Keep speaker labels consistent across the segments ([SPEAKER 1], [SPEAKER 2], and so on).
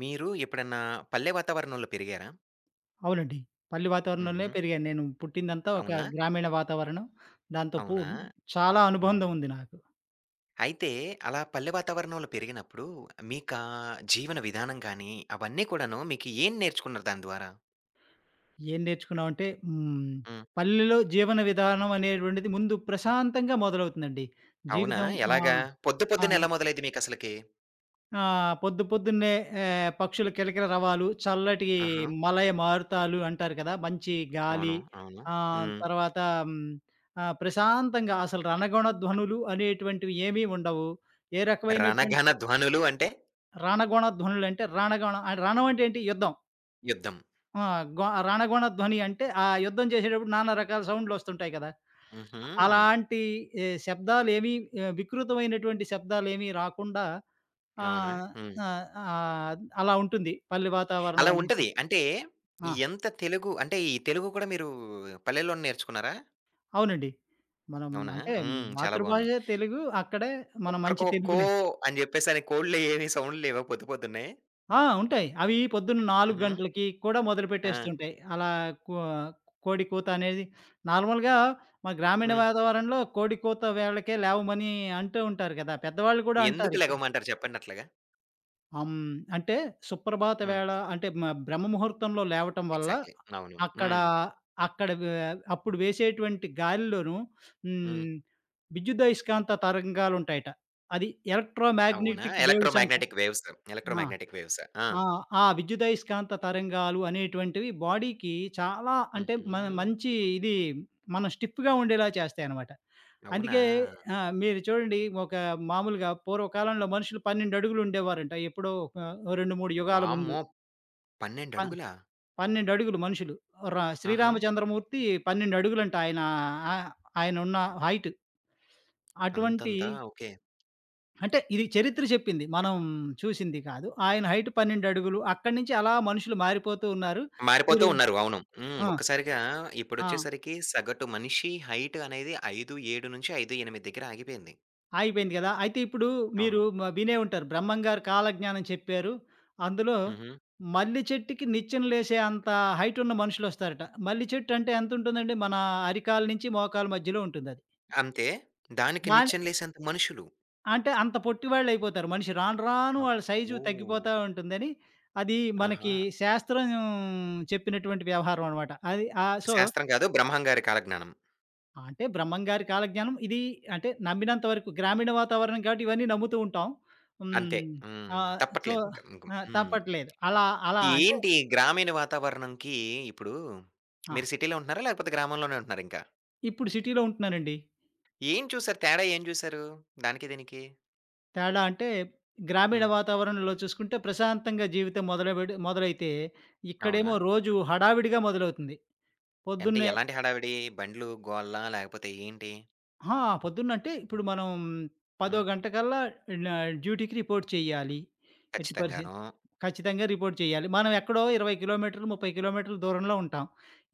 [SPEAKER 1] మీరు ఎప్పుడన్నా పల్లె వాతావరణంలో పెరిగారా?
[SPEAKER 2] అవునండి. పల్లె వాతావరణంలోనే
[SPEAKER 1] హుహు.
[SPEAKER 2] పెరిగాను. నేను పుట్టిందంతా ఒక
[SPEAKER 1] అవునా?
[SPEAKER 2] గ్రామీణ వాతావరణం. దాంతో
[SPEAKER 1] అవునా?
[SPEAKER 2] చాలా
[SPEAKER 1] హ్మ్.
[SPEAKER 2] అనుబంధం ఉంది నాకు.
[SPEAKER 1] అయితే అలా పల్లె వాతావరణంలో పెరిగినప్పుడు మీకా జీవన విధానం గానీ, అవన్నీ కూడాను మీకు ఏం నేర్చుకున్నారు దాని ద్వారా?
[SPEAKER 2] ఏం నేర్చుకున్నామంటే హ్మ్.
[SPEAKER 1] హ్మ్.
[SPEAKER 2] పల్లెలో జీవన విధానం అనేటువంటిది ముందు ప్రశాంతంగా మొదలవుతుందండి.
[SPEAKER 1] అవునా?
[SPEAKER 2] జీవితం ఆ!
[SPEAKER 1] ఎలాగా? పొద్దు
[SPEAKER 2] ఆ!
[SPEAKER 1] పొద్దున ఎలా మొదలైద్ది మీకసలకి?
[SPEAKER 2] ఆ! పొద్దు పొద్దున్నే పక్షుల కిలకిల రవాలు, చల్లటి
[SPEAKER 1] ఆహా!
[SPEAKER 2] మలయ మారుతాలు అంటారు కదా! మంచి గాలి.
[SPEAKER 1] అవును. అవును.
[SPEAKER 2] ఆహ్,
[SPEAKER 1] హ్మ్.
[SPEAKER 2] తర్వాత హ్మ్, ఆహ్, ప్రశాంతంగా అసలు రణగుణ ధ్వనులు అనేటువంటివి ఏమీ ఉండవు. ఏ
[SPEAKER 1] రణఘన
[SPEAKER 2] రకమైనటువంటి
[SPEAKER 1] ధ్వనులు అంటే
[SPEAKER 2] రణగొణ ధ్వనులంటే రణం అంటే ఏంటి? యుద్ధం.
[SPEAKER 1] యుద్ధం.
[SPEAKER 2] ఆ! గొ రణగొణ ధ్వని అంటే ఆ యుద్ధం చేసేటప్పుడు నానా రకాల సౌండ్‌లొస్తుంటాయి కదా!
[SPEAKER 1] హుహు.
[SPEAKER 2] అలాంటి ఎ శబ్దాలేమీ వికృతమైనటువంటి శబ్దాలేమీ రాకుండా
[SPEAKER 1] అవునా?
[SPEAKER 2] ఆహ్,
[SPEAKER 1] హ్మ్.
[SPEAKER 2] ఆహ్, ఆహ్, అలా ఉంటుంది పల్లె వాతావరణం
[SPEAKER 1] అలా
[SPEAKER 2] అనేది.
[SPEAKER 1] ఉంటది. అంటే
[SPEAKER 2] ఆ!
[SPEAKER 1] ఎంత తెలుగు అంటే ఈ తెలుగు కూడా మీరు పల్లెల్లోనే నేర్చుకున్నారా?
[SPEAKER 2] అవునండి. మనం
[SPEAKER 1] అవునా?
[SPEAKER 2] అంటే
[SPEAKER 1] హ్మ్. చాలా
[SPEAKER 2] మాతృభాష
[SPEAKER 1] బావుంది.
[SPEAKER 2] తెలుగు. అక్కడే మనం మంచి
[SPEAKER 1] కుక్కరుకో కో
[SPEAKER 2] తెలుగునే
[SPEAKER 1] అని జెప్పేసని కోడ్లు ఏమి సౌండ్లు లేవా పొద్దు పొద్దున్నే?
[SPEAKER 2] ఆ! ఉంటాయి. అవి పొద్దున్న 4
[SPEAKER 1] హుహు.
[SPEAKER 2] గంటలకి కూడా
[SPEAKER 1] ఆ!
[SPEAKER 2] మొదలుపెట్టేస్తుంటాయి. అలా కో కోడి కూత అనేది నార్మల్‌గా మా గ్రామీణ
[SPEAKER 1] హ్మ్.
[SPEAKER 2] వాతావరణంలో కోడి కూత వేళకే లేవమని అంటూ ఉంటారు కదా! పెద్దవాళ్ళు కూడా అంటారు
[SPEAKER 1] ఎందుకు
[SPEAKER 2] ఇప్పుడు.
[SPEAKER 1] లెగవమంటారు చెప్పండి అట్లాగా?
[SPEAKER 2] హ్మ్. అంటే సుప్రభాత
[SPEAKER 1] హ్మ్.
[SPEAKER 2] వేళ అంటే బ్రహ్మ ముహూర్తంలో లేవటం వల్ల
[SPEAKER 1] ఎగ్జాక్ట్‌లీ. అవును.
[SPEAKER 2] అక్కడ
[SPEAKER 1] హ్మ్.
[SPEAKER 2] అక్కడ వే అప్పుడు వేసేటువంటి గాలిలోను
[SPEAKER 1] హ్మ్.
[SPEAKER 2] హ్మ్. విద్యుదయస్కాంత తరంగాలుంటాయట. అది
[SPEAKER 1] అవునా?
[SPEAKER 2] ఎలక్ట్రోమాగ్నెటిక్ వేవ్స్ అంటారు.
[SPEAKER 1] Electromagnetic waves.
[SPEAKER 2] ఆ!
[SPEAKER 1] Electromagnetic waves. ఆ!
[SPEAKER 2] ఆ! ఆ విద్యుదయస్కాంత తరంగాలు అనేటువంటివి బాడీకి చాలా అంటే మన
[SPEAKER 1] హుహు.
[SPEAKER 2] మంచి ఇది మనం స్టిఫ్‌గా ఉండేలా చేస్తాయనమాట.
[SPEAKER 1] అవునా?
[SPEAKER 2] అందుకే మీరు చూడండి. మామూలుగా పూర్వకాలంలో మనుషులు 12 అడుగులు ఉండేవారంట. ఎప్పుడో ఒక 2, 3 యుగాల ముందు.
[SPEAKER 1] వామ్మో! 12
[SPEAKER 2] ప
[SPEAKER 1] అడుగులా?
[SPEAKER 2] 12 అడుగులు మనుషులు. ర
[SPEAKER 1] ఆహా!
[SPEAKER 2] శ్రీరామచంద్రమూర్తి 12 అడుగులంట ఆయన. ఆ ఆయనున్న హైట్. అటువంటి.
[SPEAKER 1] అంతంతా ఓకే.
[SPEAKER 2] అంటే ఇది చరిత్ర చెప్పింది. మనం చూసింది కాదు. ఆయన హైట్ 12 అడుగులు. అక్కడి నుంచి అలా మనుషులు మారిపోతూ ఉన్నారు.
[SPEAKER 1] మారిపోతూ
[SPEAKER 2] మీరు
[SPEAKER 1] ఉన్నారు. అవును. హ్మ్.
[SPEAKER 2] ఆ!
[SPEAKER 1] ఒక్కసారిగా
[SPEAKER 2] ఆ!
[SPEAKER 1] ఇప్పుడొచ్చేసరికి సగటు మనిషి హైట్ అనేది 5, 7-5, 8 దగ్గర ఆగిపోయింది.
[SPEAKER 2] ఆగిపోయింది గదా! అయితే ఇప్పుడు మీరు
[SPEAKER 1] అవును.
[SPEAKER 2] వినే ఉంటారు. బ్రహ్మంగారు కాలజ్ఞానం చెప్పారు. అందులో
[SPEAKER 1] హుహు.
[SPEAKER 2] మల్లి చెట్టుకి నిచ్చెన లేసే అంత హైట్ ఉన్న మనుషులొస్తారట. మల్లి చెట్టు అంటే ఎంతుంటుందండి? మన అరికాలు నుంచి మోకాలు మధ్యలో ఉంటుందది.
[SPEAKER 1] అంతే. దానికి
[SPEAKER 2] దాని
[SPEAKER 1] నిచ్చెన లేసేంత మనుషులు.
[SPEAKER 2] అంటే అంత పొట్టివాళ్ళయిపోతారు. మనిషి రాను రాను వాళ్ళ సైజు
[SPEAKER 1] అబ్బో!
[SPEAKER 2] తగ్గిపోతా ఉంటుందని అది
[SPEAKER 1] ఆహా!
[SPEAKER 2] మనకి శాస్త్రం చెప్పినటువంటి వ్యవహారం అనమాట. అది ఆహ్, సో
[SPEAKER 1] శాస్త్రం కాదు బ్రహ్మంగారి కాలజ్ఞానం.
[SPEAKER 2] ఆ! అంటే బ్రహ్మంగారి కాలజ్ఞానం ఇది అంటే నమ్మినంత వరకు గ్రామీణ వాతావరణం కాబట్టి ఇవన్నీ నమ్ముతూ ఉంటాం.
[SPEAKER 1] అంతే.
[SPEAKER 2] హ్మ్.
[SPEAKER 1] హ్మ్.
[SPEAKER 2] ఆహ్, సో
[SPEAKER 1] తప్పట్లేదు ఇంక. ఇంక
[SPEAKER 2] ఆ!
[SPEAKER 1] హ్మ్.
[SPEAKER 2] తప్పట్లేదు. అలా అలా అంటే
[SPEAKER 1] ఏంటి గ్రామీణ వాతావరణంకి ఇప్పుడు
[SPEAKER 2] ఆ!
[SPEAKER 1] మీరు సిటీలో ఉంటున్నారా? లేకపోతే గ్రామంలోనే ఉంటున్నారా ఇంకా?
[SPEAKER 2] ఇప్పుడు సిటీలో ఉంటున్నానండి.
[SPEAKER 1] ఏం చూసారు? తేడా ఏం చూసారు? దానికి దీనికి?
[SPEAKER 2] తేడా అంటే గ్రామీణ
[SPEAKER 1] హ్మ్.
[SPEAKER 2] వాతావరణంలో చూసుకుంటే ప్రశాంతంగా జీవితం మొదలైతే
[SPEAKER 1] అవునా?
[SPEAKER 2] ఇక్కడేమో రోజు హడావిడిగా మొదలవుతుంది.
[SPEAKER 1] అంటే
[SPEAKER 2] పొద్దున్నే
[SPEAKER 1] ఎలాంటి హడావిడి? బండ్లు, గోల లేకపోతే ఏంటి?
[SPEAKER 2] ఆ! పొద్దున్నంటే ఇప్పుడు మనం 10:00
[SPEAKER 1] హ్మ్.
[SPEAKER 2] గంటకల్లా నా డ్యూటీకి రిపోర్ట్ చేయాలి. ఎట్టి పరిస్థి
[SPEAKER 1] ఖచ్చితంగాను.
[SPEAKER 2] ఖచ్చితంగా రిపోర్ట్ చేయాలి. మనం ఎక్కడో 20 కిలోమీటర్లు, 30 కిలోమీటర్ల దూరంలో ఉంటాం.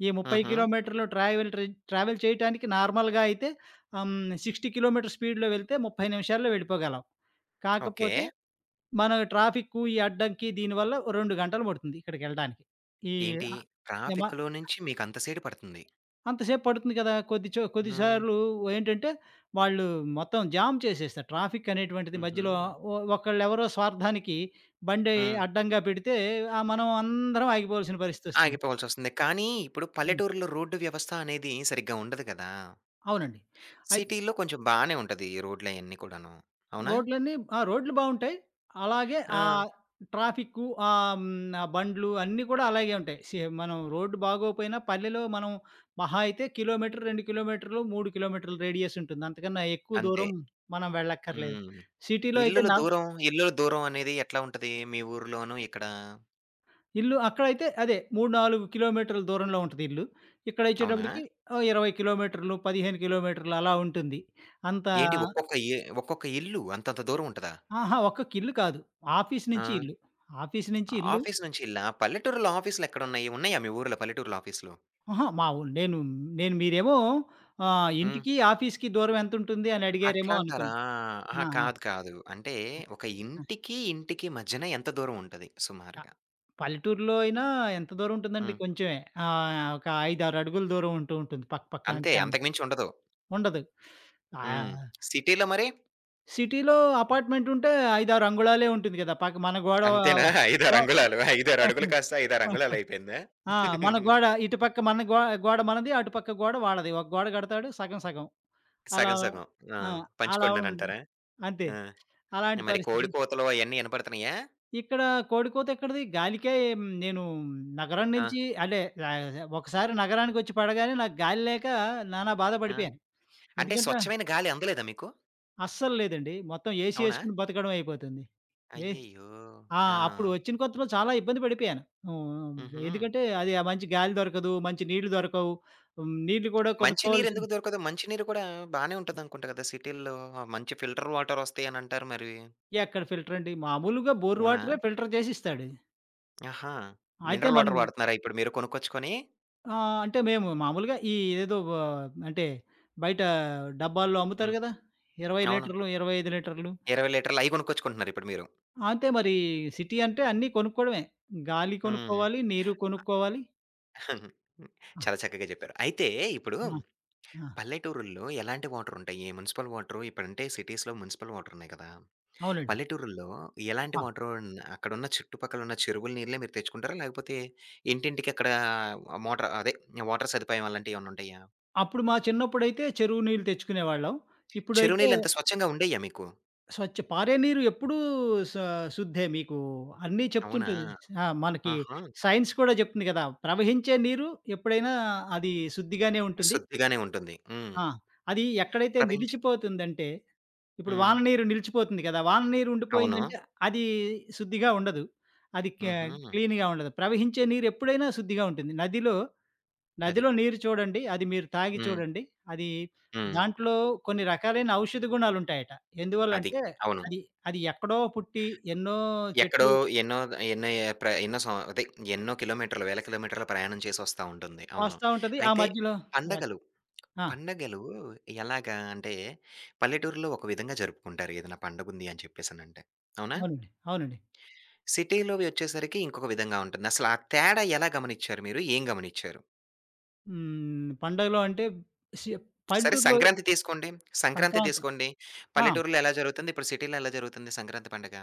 [SPEAKER 2] ఈ 30
[SPEAKER 1] హుహు.
[SPEAKER 2] కిలోమీటర్లు ట్రావెల్ చేయటానికి నార్మల్‌గా అయితే 60 కిలోమీటర్ స్పీడ్‌లో వెళ్తే 30 నిమిషాల్లో వెళ్ళిపోగలం.
[SPEAKER 1] ఓకే.
[SPEAKER 2] కాకపోతే మనం ట్రాఫిక్కు, ఈ అడ్డంకి దీనివల్ల ఓ 2 గంటలు పడుతుంది ఇక్కడికెళ్ళడానికి. ఈ
[SPEAKER 1] ఏంటి
[SPEAKER 2] ఆహ్, యమ
[SPEAKER 1] ట్రాఫిక్‌లో నుంచి మీకు అంత సేటు పడుతుంది.
[SPEAKER 2] అంతసేపు పడుతుంది కదా!
[SPEAKER 1] హ్మ్.
[SPEAKER 2] కొద్దిసార్లు ఏంటంటే, వాళ్ళు మొత్తం జామ్ చేసేస్తారు. ట్రాఫిక్ అనేటువంటిది
[SPEAKER 1] హుహు.
[SPEAKER 2] మధ్యలో ఒకళ్ళెవరో స్వార్థానికి బండి
[SPEAKER 1] హ్మ్.
[SPEAKER 2] అడ్డంగా పెడితే, మనం అందరం ఆగిపోవాల్సిన పరిస్థితొస్తుంది.
[SPEAKER 1] ఆగిపోవాల్సొస్తుంది. కానీ, ఇప్పుడు
[SPEAKER 2] హ్మ్.
[SPEAKER 1] పల్లెటూరులో రోడ్డు వ్యవస్థ అనేది సరిగ్గా ఉండదు గదా!
[SPEAKER 2] అవునండి. అయి
[SPEAKER 1] సిటీలో కొంచెం బానే ఉంటది ఈ రోడ్లయన్నీ కూడాను. అవునా?
[SPEAKER 2] రోడ్లన్నీ. ఆ! రోడ్లు బావుంటాయి. అలాగే
[SPEAKER 1] ఆ!
[SPEAKER 2] ఆహ్, ట్రాఫిక్కు ఆహ్, హ్మ్, ఆ బండ్లు అన్నీ కూడా అలాగే ఉంటాయి. మనం
[SPEAKER 1] హ్మ్.
[SPEAKER 2] రోడ్డు బాగోపోయినా పల్లెలో మనం మహా అయితే కిలోమీటర్, 2 కిలోమీటర్లు, 3 కిలోమీటర్ల రేడియస్ ఉంటుంది. అంతకన్నా ఎక్కువ
[SPEAKER 1] అంతే.
[SPEAKER 2] దూరం మనం వెళ్ళక్కర్లేదు.
[SPEAKER 1] హ్మ్.
[SPEAKER 2] సిటీలో అయితే
[SPEAKER 1] ఇల్లుల
[SPEAKER 2] నల్
[SPEAKER 1] దూరం ఇల్లుల దూరం అనేది ఎట్లా ఉంటది మీ ఊర్లోను ఇక్కడ?
[SPEAKER 2] ఇల్లు అక్కడైతే అదే 3, 4 కిలోమీటర్ల దూరంలో ఉంటది ఇల్లు.
[SPEAKER 1] అవునా?
[SPEAKER 2] ఇక్కడొచ్చేటప్పటికి ఓ 20 కిలోమీటర్లు, 15 కిలోమీటర్లు అలా ఉంటుంది. అంత
[SPEAKER 1] ఏంటి ఒక్కొక్క ఇల్లు అంతంత దూరం ఉంటదా?
[SPEAKER 2] అహా! ఒక్కొక్క ఇల్లు కాదు. ఆఫీస్ నుంచి
[SPEAKER 1] ఆ!
[SPEAKER 2] ఇల్లు. ఆఫీస్ నుంచి ఇల్లు.
[SPEAKER 1] ఆఫీస్ నుంచి ఇల్లా? పల్లెటూరులో ఆఫీస్‌లెక్కడున్నాయి? ఉన్నాయా మీ ఊర్లో పల్లెటూరులో ఆఫీస్‌లు?
[SPEAKER 2] అహా! మా ఊ నేను నేను మీరేమో
[SPEAKER 1] హ్మ్.
[SPEAKER 2] ఇంటికి, ఆఫీస్‌కి దూరం ఎంతుంటుంది అని అడిగారేమో
[SPEAKER 1] అట్లా అంటారా?
[SPEAKER 2] అనుకున్నా.
[SPEAKER 1] అహా!
[SPEAKER 2] ఆ!
[SPEAKER 1] కాదు. కాదు. అంటే ఒక
[SPEAKER 2] ఆ! ఆ!
[SPEAKER 1] ఇంటికి, ఇంటికి మధ్యన ఎంత దూరం ఉంటది
[SPEAKER 2] ఆ!
[SPEAKER 1] సుమారుగా.
[SPEAKER 2] పల్లెటూరులో అయినా ఎంత దూరం ఉంటుందండి
[SPEAKER 1] హ్మ్.
[SPEAKER 2] కొంచెమే. ఒక 5, 6 అడుగుల దూరం ఉంటూ ఉంటుంది పక్క పక్కన
[SPEAKER 1] అంతే.
[SPEAKER 2] అంతే
[SPEAKER 1] అంతకు మించి ఉండదు.
[SPEAKER 2] ఉండదు.
[SPEAKER 1] హ్మ్.
[SPEAKER 2] ఆహ్,
[SPEAKER 1] సిటీలో మరి
[SPEAKER 2] సిటీలో అపార్ట్‌మెంట్ ఉంటే 5, 6 అంగుళాలే ఉంటుంది కదా! పక్క మన గోడ
[SPEAKER 1] అంతేనా? 5, 6
[SPEAKER 2] గో
[SPEAKER 1] అంగుళాలు. 5, 6 అడుగులు కాస్త 5, 6 అంగుళాలు అయిపోయిందా?
[SPEAKER 2] ఆ! మన గోడ ఇటు పక్క మన గో గోడ మనది, అటు పక్క గోడ వాళ్ళది. ఒక గోడ కడతాడు సగం సగం. అలా.
[SPEAKER 1] సగం, సగం. ఆ!
[SPEAKER 2] ఆ! అలా ఉండి
[SPEAKER 1] పంచుకొండనంటారా?
[SPEAKER 2] అంతే.
[SPEAKER 1] ఆ!
[SPEAKER 2] అలాంటి
[SPEAKER 1] మరి కోడి
[SPEAKER 2] పరిస్థితి.
[SPEAKER 1] కూతలు అయన్నీ ఇనపడుతున్నాయా?
[SPEAKER 2] ఇక్కడ కోడికోత ఎక్కడిది గాలికే. హ్మ్, నేను నగరం
[SPEAKER 1] ఆ!
[SPEAKER 2] నుంచి అంటే ఒకసారి నగరానికొచ్చి పడగానే నాకు గాలి లేక నానా
[SPEAKER 1] ఆ!
[SPEAKER 2] బాధపడిపోయాను.
[SPEAKER 1] అంటే
[SPEAKER 2] ఎందుకంటే
[SPEAKER 1] స్వచ్ఛమైన గాలి అందలేదా మీకు?
[SPEAKER 2] అస్సలు లేదండి. మొత్తం ఏసీ
[SPEAKER 1] అవునా?
[SPEAKER 2] ఏసుకొని బతకడం అయిపోతుంది. ఏ
[SPEAKER 1] అయ్యయ్యో!
[SPEAKER 2] ఆ!
[SPEAKER 1] ఆ!
[SPEAKER 2] అప్పుడు వచ్చిన కొత్తలో చాలా ఇబ్బంది పడిపోయాను. హ్మ్.
[SPEAKER 1] హుహు.
[SPEAKER 2] ఎందుకంటే అది ఆ మంచి గాలి దొరకదు, మంచి నీళ్లు దొరకవు. హ్మ్, నీళ్లు కూడా
[SPEAKER 1] మంచి
[SPEAKER 2] కొనుక్కోవాల్సిన.
[SPEAKER 1] నీరెందుకు దొరకదు? మంచి నీరు కూడా బానే ఉంటదనుకుంటా గదా! సిటీల్లో మంచి ఫిల్టర్ వాటర్ వస్తాయనంటారు మరి.
[SPEAKER 2] ఎక్కడ ఫిల్టర్ అండి. మామూలుగా బోర్
[SPEAKER 1] అవునా?
[SPEAKER 2] వాటరే ఫిల్టర్ చేసి ఇస్తాడు.
[SPEAKER 1] ఆహా!
[SPEAKER 2] అయితే
[SPEAKER 1] మినరల్
[SPEAKER 2] మనం.
[SPEAKER 1] వాటర్ వాడుతున్నారా ఇప్పుడు మీరు కొనుక్కొచ్చుకొని?
[SPEAKER 2] ఆ! అంటే మేము మామూలుగా ఈ ఏదో వ అంటే బయట డబ్బాల్లో అమ్ముతారు
[SPEAKER 1] హ్మ్.
[SPEAKER 2] గదా! 20
[SPEAKER 1] అవును.
[SPEAKER 2] లీటర్లు, 25 లీటర్లు.
[SPEAKER 1] 20 లీటర్లు అయి కొనుక్కొచ్చుకుంటున్నారు ఇప్పుడు మీరు.
[SPEAKER 2] అంతే మరి సిటీ అంటే అన్నీ కొనుక్కోవడమే. గాలి
[SPEAKER 1] హ్మ్.
[SPEAKER 2] కొనుక్కోవాలి, నీరు కొనుక్కోవాలి. ఆ!
[SPEAKER 1] చాలా చక్కగా జెప్పారు. అయితే ఇప్పుడు
[SPEAKER 2] ఆ! ఆ!
[SPEAKER 1] పల్లెటూరుల్లో ఎలాంటి వాటరుంటాయి? మునిసిపల్ వాటరు ఇప్పుడంటే సిటీస్‌లో మునిసిపల్ వాటరున్నాయి కదా!
[SPEAKER 2] అవునండి.
[SPEAKER 1] పల్లెటూరుల్లో ఎలాంటి
[SPEAKER 2] ఆ!
[SPEAKER 1] వాటరు అన్ అక్కడున్న చుట్టుపక్కలున్న చెరువుల నీళ్ళే మీరు తెచ్చుకుంటారా? లేకపోతే ఇంటింటికి అక్కడ మోటర్ అదే వాటర్ సదుపాయం అలాంటియేమన్నుంటాయా?
[SPEAKER 2] అప్పుడు మా చిన్నప్పుడైతే చెరువు నీళ్ళు తెచ్చుకునేవాళ్ళం.
[SPEAKER 1] చెరువు
[SPEAKER 2] ఇప్పుడైతే
[SPEAKER 1] నీళ్ళు అంత స్వచ్ఛంగా ఉండేయ్యా మీకు?
[SPEAKER 2] స్వచ్ఛ పారే నీరు ఎప్పుడూ స శుద్ధే మీకు అన్నీ
[SPEAKER 1] అవునా?
[SPEAKER 2] చెప్తుంటుంది. ఆ! మనకి
[SPEAKER 1] ఆహా!
[SPEAKER 2] సైన్స్ కూడా జెప్తుంది గదా! ప్రవహించే నీరు ఎప్పుడైనా అది శుద్ధిగానే ఉంటుంది.
[SPEAKER 1] శుద్ధిగానే ఉంటుంది. హ్మ్.
[SPEAKER 2] ఆ! అది ఎక్కడైతే
[SPEAKER 1] ప్రవహించి
[SPEAKER 2] నిలిచిపోతుందంటే, ఇప్పుడు
[SPEAKER 1] హ్మ్.
[SPEAKER 2] వాన నీరు నిలిచిపోతుంది కదా! వాన నీరు
[SPEAKER 1] అవును.
[SPEAKER 2] ఉండిపోయిందంటే అది శుద్ధిగా ఉండదు. అది క
[SPEAKER 1] హుహు.
[SPEAKER 2] క్లీన్‌గా ఉండదు. ప్రవహించే నీరు ఎప్పుడైనా శుద్ధిగా ఉంటుంది. నదిలో,
[SPEAKER 1] అది.
[SPEAKER 2] నదిలో నీరు చూడండి. అది మీరు తాగి
[SPEAKER 1] హ్మ్.
[SPEAKER 2] చూడండి. అది
[SPEAKER 1] హ్మ్.
[SPEAKER 2] దాంట్లో కొన్ని రకాలైన ఔషధ గుణాలుంటాయట.
[SPEAKER 1] అది.
[SPEAKER 2] ఎందువల్లంటే
[SPEAKER 1] అవును.
[SPEAKER 2] అది, అది ఎక్కడో పుట్టి ఎన్నో
[SPEAKER 1] ఎక్కడో
[SPEAKER 2] చెట్లు
[SPEAKER 1] ఎన్నో ఎన్నో ఏ ప్ర ఎన్నో సం అదే ఎన్నో కిలోమీటర్లు, వేల కిలోమీటర్ల ప్రయాణం చేసొస్తా ఉంటుంది. అవును.
[SPEAKER 2] కాస్తా ఉంటది. ఆ
[SPEAKER 1] అయితే
[SPEAKER 2] మధ్యలో. ఆ!
[SPEAKER 1] పండగలు,
[SPEAKER 2] ఆ!
[SPEAKER 1] పండగలు ఎలాగా అంటే పల్లెటూరులో ఒక విధంగా జరుపుకుంటారు ఏదైనా పండగుంది అని చెప్పేసనంటే. అవునా?
[SPEAKER 2] అవునండి. అవునండి.
[SPEAKER 1] సిటీలోవి వచ్చేసరికి ఇంకొక విధంగా ఉంటుంది. అసలు ఆ తేడా ఎలా గమనిచ్చారు మీరు? ఏం గమనిచ్చారు?
[SPEAKER 2] హ్మ్. పండగలో అంటే సి
[SPEAKER 1] సరే
[SPEAKER 2] పల్లెటూరులో.
[SPEAKER 1] సంక్రాంతి తీసుకోండి. సంక్రాంతి
[SPEAKER 2] సంక్రాంతి.
[SPEAKER 1] తీసుకోండి.
[SPEAKER 2] ఆ!
[SPEAKER 1] పల్లెటూరులో ఎలా జరుగుతుంది? ఇప్పుడు సిటీలో ఎలా జరుగుతుంది సంక్రాంతి పండగ?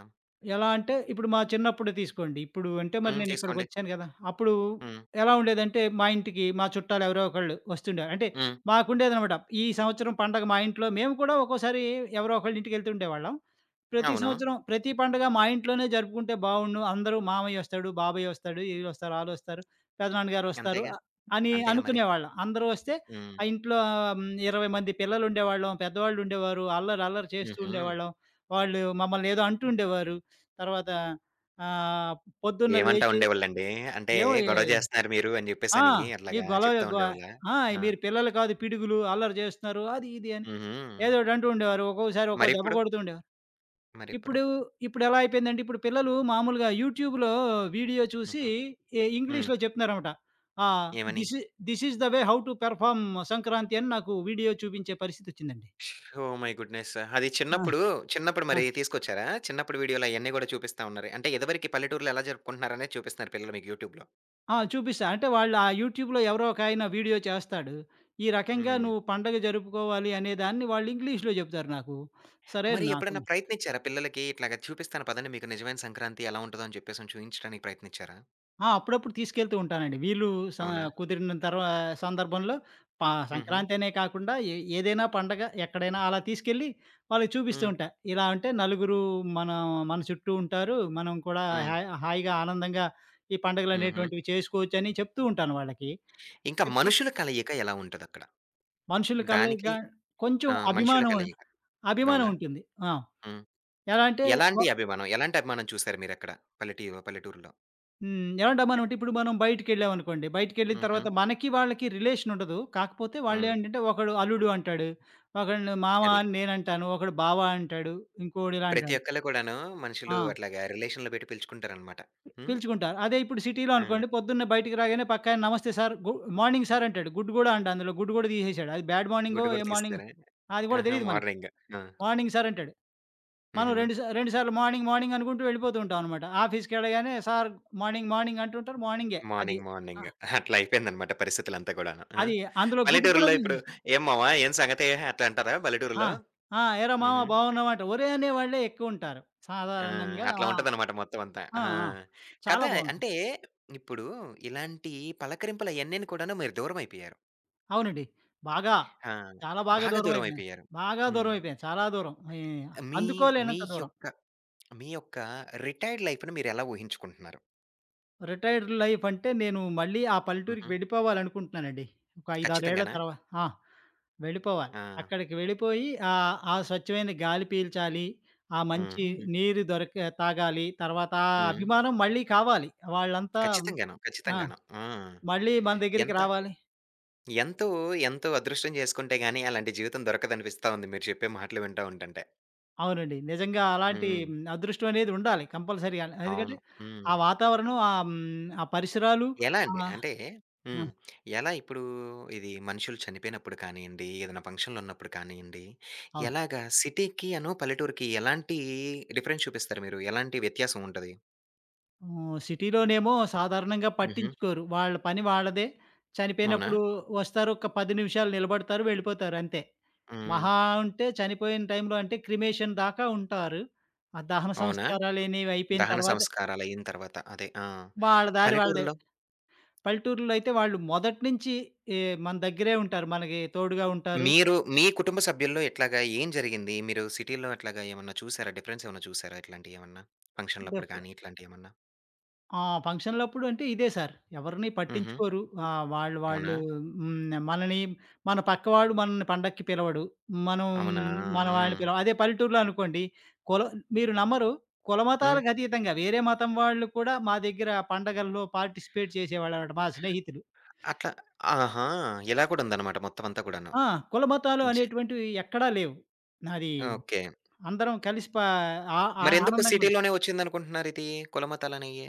[SPEAKER 2] ఎలా అంటే, ఇప్పుడు మా చిన్నప్పుడు తీసుకోండి. ఇప్పుడు అంటే మరి
[SPEAKER 1] హ్మ్. తీసుకోండి.
[SPEAKER 2] నేనిక్కడికొచ్చాను గదా! అప్పుడు
[SPEAKER 1] హ్మ్.
[SPEAKER 2] ఎలా ఉండేదంటే, మా ఇంటికి మా చుట్టాలు ఎవరో ఒకళ్ళు వస్తుండేవారు. అంటే
[SPEAKER 1] హ్మ్.
[SPEAKER 2] మాకుండేదనమాట. ఈ సంవత్సరం పండగ మా ఇంట్లో మేము కూడా ఒక్కోసారి ఎవరో ఒకళ్ళ ఇంటికెళ్తూ ఉండేవాళ్ళం. ప్రతి
[SPEAKER 1] అవును.
[SPEAKER 2] సంవత్సరం ప్రతి పండగ మా ఇంట్లోనే జరుపుకుంటే బావుండు. అందరూ మామయ్యొస్తాడు, బాబాయొస్తాడు, ఈళ్ళొస్తారు, ఆళ్ళొస్తారు, పెదనాన్నగారొస్తారు
[SPEAKER 1] అంతేగా.
[SPEAKER 2] అని
[SPEAKER 1] అంతేగా మరి.
[SPEAKER 2] అనుకునేవాళ్ళం. అందరూ వస్తే
[SPEAKER 1] హ్మ్.
[SPEAKER 2] ఆ ఇంట్లో హ్మ్, 20 మంది పిల్లలుండేవాళ్ళం, పెద్దవాళ్ళుండేవారు. అల్లరి అల్లరి చేస్తూ
[SPEAKER 1] హుహు.
[SPEAKER 2] ఉండేవాళ్ళం. వాళ్ళు మమ్మల్ని ఏదో అంటూ ఉండేవారు. తర్వాత ఆహ్, పొద్దున్న
[SPEAKER 1] ఏమంటా
[SPEAKER 2] లేచి
[SPEAKER 1] ఉండేవాళ్ళండి? అంటే
[SPEAKER 2] ఏవో ఏ
[SPEAKER 1] గొడవ జేస్తున్నారు మీరు అని
[SPEAKER 2] ఆ!
[SPEAKER 1] జెప్పేసని
[SPEAKER 2] ఈ
[SPEAKER 1] అట్లాగా
[SPEAKER 2] గొలవ
[SPEAKER 1] చెప్తా
[SPEAKER 2] గొ
[SPEAKER 1] ఉండేవాళ్ళా?
[SPEAKER 2] ఆ!
[SPEAKER 1] ఆ!
[SPEAKER 2] మీరు పిల్లలు కాదు పిడుగులు, అల్లరి చేస్తున్నారు. అది ఇది అని
[SPEAKER 1] హుహు.
[SPEAKER 2] ఏదోటి అంటూ ఉండేవారు. ఒక్కోసారి ఒక్కో దెబ్బ
[SPEAKER 1] మరిప్పుడు?
[SPEAKER 2] కొడుతూ ఉండేవారు.
[SPEAKER 1] మరిప్పుడు?
[SPEAKER 2] ఇప్పుడు ఇప్పుడెలా అయిపోయిందంటే, ఇప్పుడు పిల్లలు మామూలుగా యూట్యూబ్‌లో వీడియో చూసి
[SPEAKER 1] హుహు. హ్మ్.
[SPEAKER 2] ఇంగ్లీష్‌లో చెప్తున్నారనమాట. ఆ!
[SPEAKER 1] ఏమని?
[SPEAKER 2] దిస్ ఇ this is the way how to perform Sankranti అని నాకు వీడియో చూపించే పరిస్థితొచ్చిందండి.
[SPEAKER 1] Oh my goodness! అది
[SPEAKER 2] ఆ!
[SPEAKER 1] చిన్నప్పుడు
[SPEAKER 2] ఆ!
[SPEAKER 1] మరి తీసుకొచ్చారా? చిన్నప్పుడు వీడియోలు అయన్నీ గూడా చూపిస్తా ఉన్నారు. అంటే ఇదివరకి పల్లెటూరులో ఎలా జరుపుకుంటున్నారనేది చూపిస్తున్నారు పిల్లలు మీకు యూట్యూబ్‌లో.
[SPEAKER 2] ఆ! చూపిస్తా. అంటే వాళ్ళు ఆ యూట్యూబ్‌లో ఎవరో ఒకాయన వీడియో చేస్తాడు. ఈ రకంగా
[SPEAKER 1] హ్మ్.
[SPEAKER 2] నువ్వు పండగ జరుపుకోవాలి అనే దాన్ని వాళ్ళు ఇంగ్లీష్‌లో చెప్తారు నాకు. సరే
[SPEAKER 1] మరి
[SPEAKER 2] నాకు.
[SPEAKER 1] ఎప్పుడైనా ప్రయత్నించారా పిల్లలకి, "ఇట్లాగ చూపిస్తాను పదండి మీకు నిజమైన సంక్రాంతి ఎలా ఉంటదో" అని చెప్పేసని చూయించడానికి ప్రయత్నించారా?
[SPEAKER 2] ఆ! అప్పుడప్పుడు తీసుకెళ్తూ ఉంటానండి. వీలు స
[SPEAKER 1] అవునా?
[SPEAKER 2] కుదిరిన సందర్భంలో
[SPEAKER 1] హుహు.
[SPEAKER 2] సంక్రాంతి అనే కాకుండా ఏదైనా పండగ ఎక్కడైనా అలా తీసుకెళ్ళి వాళ్ళకి చూపిస్తూ
[SPEAKER 1] హ్మ్.
[SPEAKER 2] ఉంటా. ఇలా అంటే నలుగురు మన మన చుట్టూ ఉంటారు. మనం కూడా
[SPEAKER 1] హ్మ్.
[SPEAKER 2] హా హాయిగా ఆనందంగా ఈ
[SPEAKER 1] హుహు.
[SPEAKER 2] పండుగలనేటువంటివి చేసుకోవచ్చని చెప్తూ ఉంటాను వాళ్ళకి.
[SPEAKER 1] ఇంకా
[SPEAKER 2] చెప్పి
[SPEAKER 1] మనుషుల కలయిక ఎలా ఉంటదక్కడ?
[SPEAKER 2] మనుషుల కలయిక.
[SPEAKER 1] దానికి
[SPEAKER 2] కొంచెం
[SPEAKER 1] ఆ! మనుషుల
[SPEAKER 2] అభిమానం.
[SPEAKER 1] కలయిక.
[SPEAKER 2] అభిమానం
[SPEAKER 1] అవునా?
[SPEAKER 2] ఉంటుంది. ఆ!
[SPEAKER 1] హ్మ్.
[SPEAKER 2] ఎలా అంటే వ
[SPEAKER 1] ఎలాంటి అభిమానం? ఎలాంటి అభిమానం చూసారు మీరక్కడ పల్లెటూరులో?
[SPEAKER 2] హ్మ్. ఎలాంటి అభిమానం అంటే ఇప్పుడు మనం బయటికెళ్ళామనుకోండి. బయటికెళ్ళిన
[SPEAKER 1] హుహు.
[SPEAKER 2] తర్వాత మనకి వాళ్ళకి రిలేషన్ ఉండదు. కాకపోతే
[SPEAKER 1] హ్మ్.
[SPEAKER 2] వాళ్ళేంటంటే ఒకడు అల్లుడు అంటాడు. ఒకడిని మామ
[SPEAKER 1] అది.
[SPEAKER 2] అని నేనంటాను. ఒకడు బావ అంటాడు. ఇంకోడు ఇలా
[SPEAKER 1] ప్రతి
[SPEAKER 2] అంటాడు.
[SPEAKER 1] ఒక్కళ్ళు కూడాను
[SPEAKER 2] ఆ!
[SPEAKER 1] మనుషులు అట్లాగా రిలేషన్‌లో పెట్టి పిలుచుకుంటారనమాట. హ్మ్.
[SPEAKER 2] పిలుచుకుంటారు. అదే ఇప్పుడు సిటీలో
[SPEAKER 1] ఆ!
[SPEAKER 2] అనుకోండి పొద్దున్నే బయటికి రాగానే పక్కాయన నమస్తే సార్ మార్నింగ్ సార్ అంటాడు. గుడ్ కూడా అందులో గుడ్ కూడా తీసేసాడు. అది బ్యాడ్ మార్నింగో
[SPEAKER 1] గుడ్డు
[SPEAKER 2] ఏ
[SPEAKER 1] కూడా
[SPEAKER 2] మార్నింగో
[SPEAKER 1] తీస్తారా?
[SPEAKER 2] అది కూడా
[SPEAKER 1] ఆహా!
[SPEAKER 2] తెలీదు మనకి.
[SPEAKER 1] మార్నింగ్. ఆ!
[SPEAKER 2] మార్నింగ్ సార్ అంటాడు. మనం
[SPEAKER 1] హుహు.
[SPEAKER 2] రెండు రెండు సార్లు మార్నింగ్, మార్నింగ్ అనుకుంటూ వెళ్ళిపోతూ ఉంటామనమాట. ఆఫీస్‌కెళ్ళగానే సార్ మార్నింగ్, మార్నింగ్ అంటుంటారు. మార్నింగే అది.
[SPEAKER 1] మార్నింగ్,
[SPEAKER 2] ఆ!
[SPEAKER 1] మార్నింగ్. అట్లా అయిపోయిందనమాట పరిస్థితులంతా గూడాను. ఆ!
[SPEAKER 2] అది అందులో గుడ్డు కూడా
[SPEAKER 1] పల్లెటూరులో ఇప్పుడు
[SPEAKER 2] తీసేసి
[SPEAKER 1] "ఏం మామ ఏం సంగతి" అట్లా అంటారా
[SPEAKER 2] ఆ!
[SPEAKER 1] పల్లెటూరులో?
[SPEAKER 2] ఆ! "ఏరా మామ
[SPEAKER 1] హుహు.
[SPEAKER 2] బాగున్నావా" అంట. ఒరేయ్ అనేవాళ్ళే ఎక్కువుంటారు.
[SPEAKER 1] ఆ!
[SPEAKER 2] సాధారణంగా.
[SPEAKER 1] అట్లా
[SPEAKER 2] ఆ!
[SPEAKER 1] ఉంటదనమాట మొత్తం అంతా.
[SPEAKER 2] ఆ!
[SPEAKER 1] ఆ!
[SPEAKER 2] ఆ! చాలా
[SPEAKER 1] కదా!
[SPEAKER 2] బావుంటుంది.
[SPEAKER 1] అంటే ఇప్పుడు ఇలాంటి పలకరింపులు అయన్నీని కూడాను మీరు దూరమైపోయారు.
[SPEAKER 2] అవునండి. బాగా.
[SPEAKER 1] ఆ!
[SPEAKER 2] చాలా బాగా
[SPEAKER 1] బాగా
[SPEAKER 2] దూరమైపోయాను.
[SPEAKER 1] దూరమైపోయారు.
[SPEAKER 2] బాగా
[SPEAKER 1] హ్మ్.
[SPEAKER 2] దూరమైపోయాను. చాలా దూరం. ఈ
[SPEAKER 1] మీ మీ
[SPEAKER 2] అందుకోలేనంత దూరం.
[SPEAKER 1] యొక్క మీ యొక్క రిటైర్డ్ లైఫ్‌ని మీరెలా ఊహించుకుంటున్నారు?
[SPEAKER 2] రిటైర్డ్ లైఫ్ అంటే నేను మళ్ళీ ఆ పల్లెటూరికి
[SPEAKER 1] హుహు.
[SPEAKER 2] వెళ్ళిపోవాలనుకుంటున్నానండి. ఒక 5, 6 ఏళ్ల
[SPEAKER 1] ఖచ్చితంగానా?
[SPEAKER 2] ఆ! వెళ్ళిపోవాలి.
[SPEAKER 1] ఆ!
[SPEAKER 2] అక్కడికి వెళ్ళిపోయి ఆ స్వచ్ఛమైన గాలి పీల్చాలి. ఆ మంచి
[SPEAKER 1] హుహు.
[SPEAKER 2] నీరు దొరక తాగాలి. తర్వాత ఆ
[SPEAKER 1] హ్మ్.
[SPEAKER 2] అభిమానం మళ్ళీ కావాలి. వాళ్ళంతా
[SPEAKER 1] ఖచ్చితంగాను.
[SPEAKER 2] ఆ!
[SPEAKER 1] ఖచ్చితంగాను. ఆ!
[SPEAKER 2] మళ్ళీ మన దగ్గరికి
[SPEAKER 1] ఎంత
[SPEAKER 2] రావాలి.
[SPEAKER 1] ఎంతో, ఎంతో అదృష్టం చేసుకుంటే గాని అలాంటి జీవితం దొరకదనిపిస్తా ఉంది మీరు చెప్పే మాటలు వింటా ఉంటంటే.
[SPEAKER 2] అవునండి. నిజంగా అలాంటి
[SPEAKER 1] హ్మ్.
[SPEAKER 2] అదృష్టం అనేది ఉండాలి కంపల్సరీగా. ఎందుకంటే,
[SPEAKER 1] అవును.
[SPEAKER 2] ఆ
[SPEAKER 1] హ్మ్.
[SPEAKER 2] వాతావరణం ఆ పరిసరాలు.
[SPEAKER 1] ఎలా అండి?
[SPEAKER 2] ఆహ్,
[SPEAKER 1] అంటే
[SPEAKER 2] ఆ!
[SPEAKER 1] హ్మ్. ఎలా ఇప్పుడు ఇది మనుషులు చనిపోయినప్పుడు కానియండి, ఏదైనా ఫంక్షన్‌లున్నప్పుడు కానియండి,
[SPEAKER 2] అవును.
[SPEAKER 1] ఎలాగా సిటీకి అను, పల్లెటూరికి ఎలాంటి డిఫరెన్స్ చూపిస్తారు మీరు? ఎలాంటి వ్యత్యాసం ఉంటది?
[SPEAKER 2] హ్మ్. సిటీలోనేమో సాధారణంగా
[SPEAKER 1] హుహు.
[SPEAKER 2] పట్టించుకోరు. వాళ్ళ పని వాళ్ళదే.
[SPEAKER 1] అవునా?
[SPEAKER 2] చనిపోయినప్పుడు వస్తారు. ఒక 10 నిమిషాలు నిలబడతారు. వెళ్ళిపోతారు అంతే.
[SPEAKER 1] హ్మ్.
[SPEAKER 2] మహా ఉంటే చనిపోయిన టైంలో అంటే క్రిమేషన్ దాకా ఉంటారు. ఆ దహన
[SPEAKER 1] అవునా?
[SPEAKER 2] సంస్కారాలనేవి అయిపోయిన
[SPEAKER 1] దహన
[SPEAKER 2] తర్వాత
[SPEAKER 1] సంస్కారాలయిన తర్వాత. అదే. ఆ!
[SPEAKER 2] వాళ్ళ దారి వాళ్ళదే.
[SPEAKER 1] పల్లెటూరులో
[SPEAKER 2] పల్లెటూరులో అయితే వాళ్ళు మొదటి నుంచి ఏ మన దగ్గరే ఉంటారు. మనకి తోడుగా ఉంటారు.
[SPEAKER 1] మీరు మీ కుటుంబ సభ్యుల్లో ఎట్లాగా ఏం జరిగింది? మీరు సిటీ‌లో అట్లాగా ఏమన్నా చూసారా? డిఫరెన్స్ ఏమన్నా చూసారా ఇట్లాంటియేమన్నా? ఫంక్షన్‌లప్పుడు
[SPEAKER 2] డెఫ్
[SPEAKER 1] గాని ఇట్లాంటియేమన్నా?
[SPEAKER 2] ఆ! ఫంక్షన్‌లప్పుడు అంటే ఇదే సార్. ఎవరిని
[SPEAKER 1] హుహు.
[SPEAKER 2] పట్టించుకోరు. ఆహ్, వాళ్ళు వాళ్ళు
[SPEAKER 1] అవునా?
[SPEAKER 2] హ్మ్. మన పక్కవాడు మనల్ని పండక్కి పిలవడు. మనం
[SPEAKER 1] అవునా?
[SPEAKER 2] మన వాళ్ళని
[SPEAKER 1] హ్మ్.
[SPEAKER 2] పిలవం. అదే పల్లెటూరులో అనుకోండి కుల మీరు నమ్మరు.
[SPEAKER 1] హ్మ్.
[SPEAKER 2] కులమతాలకు అతీతంగా వేరే మతం వాళ్ళు కూడా మా దగ్గర పండగల్లో పార్టిసిపేట్ చేసేవాళ్ళనమాట మా స్నేహితులు.
[SPEAKER 1] అట్లా ఆహా! ఇలా కూడా ఉందన్నమాట మొత్తం అంతా కూడాను.
[SPEAKER 2] ఆ! కులమతాలు
[SPEAKER 1] జె
[SPEAKER 2] అనేటువంటివి ఎక్కడా లేవు. అది.
[SPEAKER 1] ఓకే.
[SPEAKER 2] అందరం కలిసి పా ఆ ఆ
[SPEAKER 1] మరెందుకు
[SPEAKER 2] ఆనందంగుంటాం.
[SPEAKER 1] సిటీ‌లోనే వచ్చిందనుకుంటున్నారిది? కుల మతాలనేయి?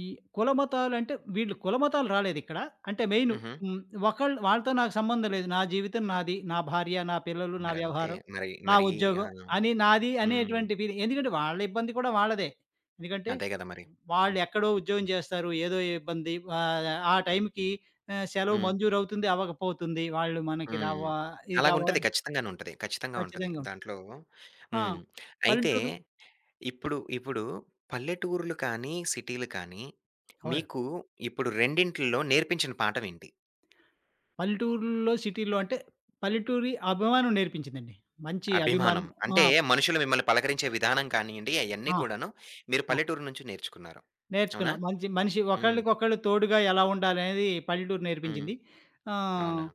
[SPEAKER 2] ఈ కుల మతాలంటే వీళ్ళు కుల మతాలు రాలేదిక్కడ. అంటే మెయిను
[SPEAKER 1] హుహు.
[SPEAKER 2] హ్మ్. ఒకళ్ళు వాళ్ళతో నాకు సంబంధం లేదు. నా జీవితం నాది. నా భార్య, నా పిల్లలు, నా
[SPEAKER 1] మరంతే. మరి అంతే
[SPEAKER 2] వ్యవహారం,
[SPEAKER 1] మరి
[SPEAKER 2] నా
[SPEAKER 1] మరి ఆ!
[SPEAKER 2] ఉద్యోగం అని నాది
[SPEAKER 1] హ్మ్.
[SPEAKER 2] అనేటువంటి ఫీలింగ్. ఎందుకంటే వాళ్ళ ఇబ్బంది కూడా వాళ్ళదే. ఎందుకంటే
[SPEAKER 1] అదే గదా! మరి.
[SPEAKER 2] వాళ్ళు ఎక్కడో ఉద్యోగం చేస్తారు. ఏదో ఇబ్బంది. ఆ టైంకి సెలవు
[SPEAKER 1] హ్మ్.
[SPEAKER 2] మంజూరవుతుంది, అవ్వకపోతుంది. వాళ్ళు మనకి
[SPEAKER 1] హ్మ్.
[SPEAKER 2] రావా ఇది
[SPEAKER 1] అలాగుంటది.
[SPEAKER 2] కావాలని
[SPEAKER 1] ఖచ్చితంగానే ఉంటది. ఖచ్చితంగా ఉంటది.
[SPEAKER 2] ఖచ్చితంగా ఉంటుంది.
[SPEAKER 1] దాంట్లో
[SPEAKER 2] ఆ!
[SPEAKER 1] హ్మ్. అయితే
[SPEAKER 2] పల్లెటూరులో
[SPEAKER 1] ఇప్పుడు పల్లెటూర్లు కానీ, సిటీలు కానీ
[SPEAKER 2] అవునండి.
[SPEAKER 1] మీకు ఇప్పుడు రెండిట్లో నేర్పించిన పాఠమేంటి?
[SPEAKER 2] పల్లెటూరులో, సిటీలో అంటే పల్లెటూరి అభిమానం నేర్పించిందండి. మంచి అభిమానం.
[SPEAKER 1] అభిమానం.
[SPEAKER 2] ఆ!
[SPEAKER 1] అంటే మనుషులు మిమ్మల్ని పలకరించే విధానం కానియండి, అయన్నీ
[SPEAKER 2] ఆ!
[SPEAKER 1] కూడాను మీరు
[SPEAKER 2] ఆ!
[SPEAKER 1] పల్లెటూరు నుంచి నేర్చుకున్నారు.
[SPEAKER 2] నేర్చుకున్నా.
[SPEAKER 1] అవునా?
[SPEAKER 2] మంచి మనిషి
[SPEAKER 1] హ్మ్.
[SPEAKER 2] ఒకళ్ళకొకళ్ళు తోడుగా ఎలా ఉండాలనేది పల్లెటూరు
[SPEAKER 1] హ్మ్.
[SPEAKER 2] నేర్పించింది. ఆహ్,
[SPEAKER 1] అవునా?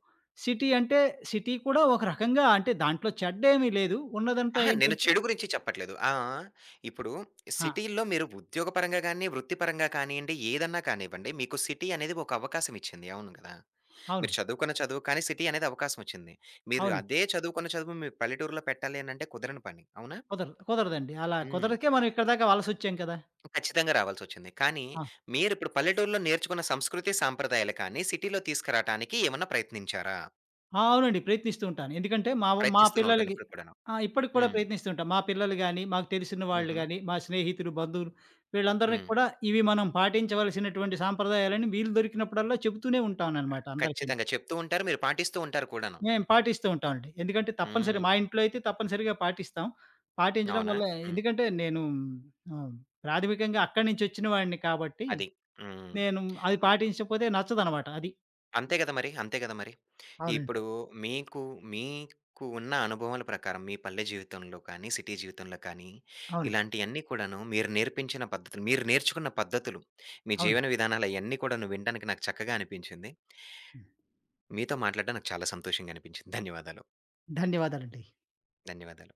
[SPEAKER 2] సిటీ అంటే సిటీ కూడా ఒక రకంగా అంటే దాంట్లో చెడ్డేమీ లేదు. ఉన్నదంతా
[SPEAKER 1] అహా! నేను
[SPEAKER 2] ఏంటంటే.
[SPEAKER 1] చెడు గురించి చెప్పట్లేదు. ఆ! ఆ! ఇప్పుడు
[SPEAKER 2] ఆ!
[SPEAKER 1] సిటీల్లో మీరు ఉద్యోగపరంగా గాని, వృత్తిపరంగా కానియండి, ఏదన్నా కానివ్వండి, మీకు సిటీ అనేది ఒక అవకాశం ఇచ్చింది. అవును గదా!
[SPEAKER 2] అవును.
[SPEAKER 1] మీరు చదువుకున్న చదువు కానీ సిటీ అనేది అవకాశం వచ్చింది. మీరు
[SPEAKER 2] అవునండి.
[SPEAKER 1] అదే చదువుకున్న చదువు మీ పల్లెటూరులో పెట్టాలి అనంటే కుదరని పని. అవునా?
[SPEAKER 2] కుదరదు. కుదరదండి. అలా
[SPEAKER 1] హ్మ్.
[SPEAKER 2] కుదరకే మనం ఇక్కడి దాకా వలసొచ్చాం కదా!
[SPEAKER 1] ఖచ్చితంగా రావాల్సొచ్చింది. కానీ
[SPEAKER 2] ఆ!
[SPEAKER 1] మీరిప్పుడు పల్లెటూరులో నేర్చుకున్న సంస్కృతి, సాంప్రదాయాలు కానీ సిటీలో తీసుకురాటానికి ఏమన్నా ప్రయత్నించారా?
[SPEAKER 2] ఆ! అవునండి. ప్రయత్నిస్తూ ఉంటాను. ఎందుకంటే మా
[SPEAKER 1] ప్రయత్నిస్తూనే ఉంటాను
[SPEAKER 2] పిల్లలకి.
[SPEAKER 1] ఇప్పటికి కూడాను.
[SPEAKER 2] ఆ! ఇప్పటికి కూడా
[SPEAKER 1] హ్మ్.
[SPEAKER 2] ప్రయత్నిస్తూ ఉంటాం. మా పిల్లలు గాని, మాకు తెలిసిన వాళ్ళు
[SPEAKER 1] హుహు.
[SPEAKER 2] గాని, మా స్నేహితులు, బంధువులు వీళ్ళందరిని
[SPEAKER 1] హ్మ్.
[SPEAKER 2] కూడా ఇవి మనం పాటించవలసినటువంటి సాంప్రదాయాలని వీలు దొరికినప్పుడల్లా చెబుతూనే ఉంటాననమాట అందరికీను.
[SPEAKER 1] ఖచ్చితంగా చెప్తూ ఉంటారు. మీరు పాటిస్తూ ఉంటారు కూడాను.
[SPEAKER 2] మేము పాటిస్తూ ఉంటామండి. ఎందుకంటే తప్పనిసరి మా
[SPEAKER 1] హ్మ్.
[SPEAKER 2] ఇంట్లో అయితే తప్పనిసరిగా పాటిస్తాం. పాటించడం
[SPEAKER 1] అవునా?
[SPEAKER 2] వల్ల
[SPEAKER 1] హ్మ్.
[SPEAKER 2] ఎందుకంటే నేను ఆహ్, ప్రాథమికంగా అక్కడి నుంచొచ్చిన వాడిని కాబట్టి
[SPEAKER 1] అది. హ్మ్.
[SPEAKER 2] నేను అది పాటించకపోతే నచ్చదనమాట అది.
[SPEAKER 1] అంతే గదా మరి. అంతే గదా మరి.
[SPEAKER 2] అవునండి.
[SPEAKER 1] ఇప్పుడు మీకు, మీకు ఉన్న అనుభవాల ప్రకారం మీ పల్లె జీవితంలో కానీ, సిటీ జీవితంలో కానీ,
[SPEAKER 2] అవును.
[SPEAKER 1] ఇలాంటియన్నీ కూడాను మీరు నేర్పించిన పద్ధతులు, మీరు నేర్చుకున్న పద్ధతులు, మీ
[SPEAKER 2] అవును.
[SPEAKER 1] జీవన విధానాలు అయన్నీ కూడాను వినడానికి నాకు చక్కగా అనిపించింది.
[SPEAKER 2] హ్మ్.
[SPEAKER 1] మీతో మాట్లాడడం నాకు చాలా సంతోషంగా అనిపించింది. ధన్యవాదాలు.
[SPEAKER 2] ధన్యవాదాలండి.
[SPEAKER 1] ధన్యవాదాలు.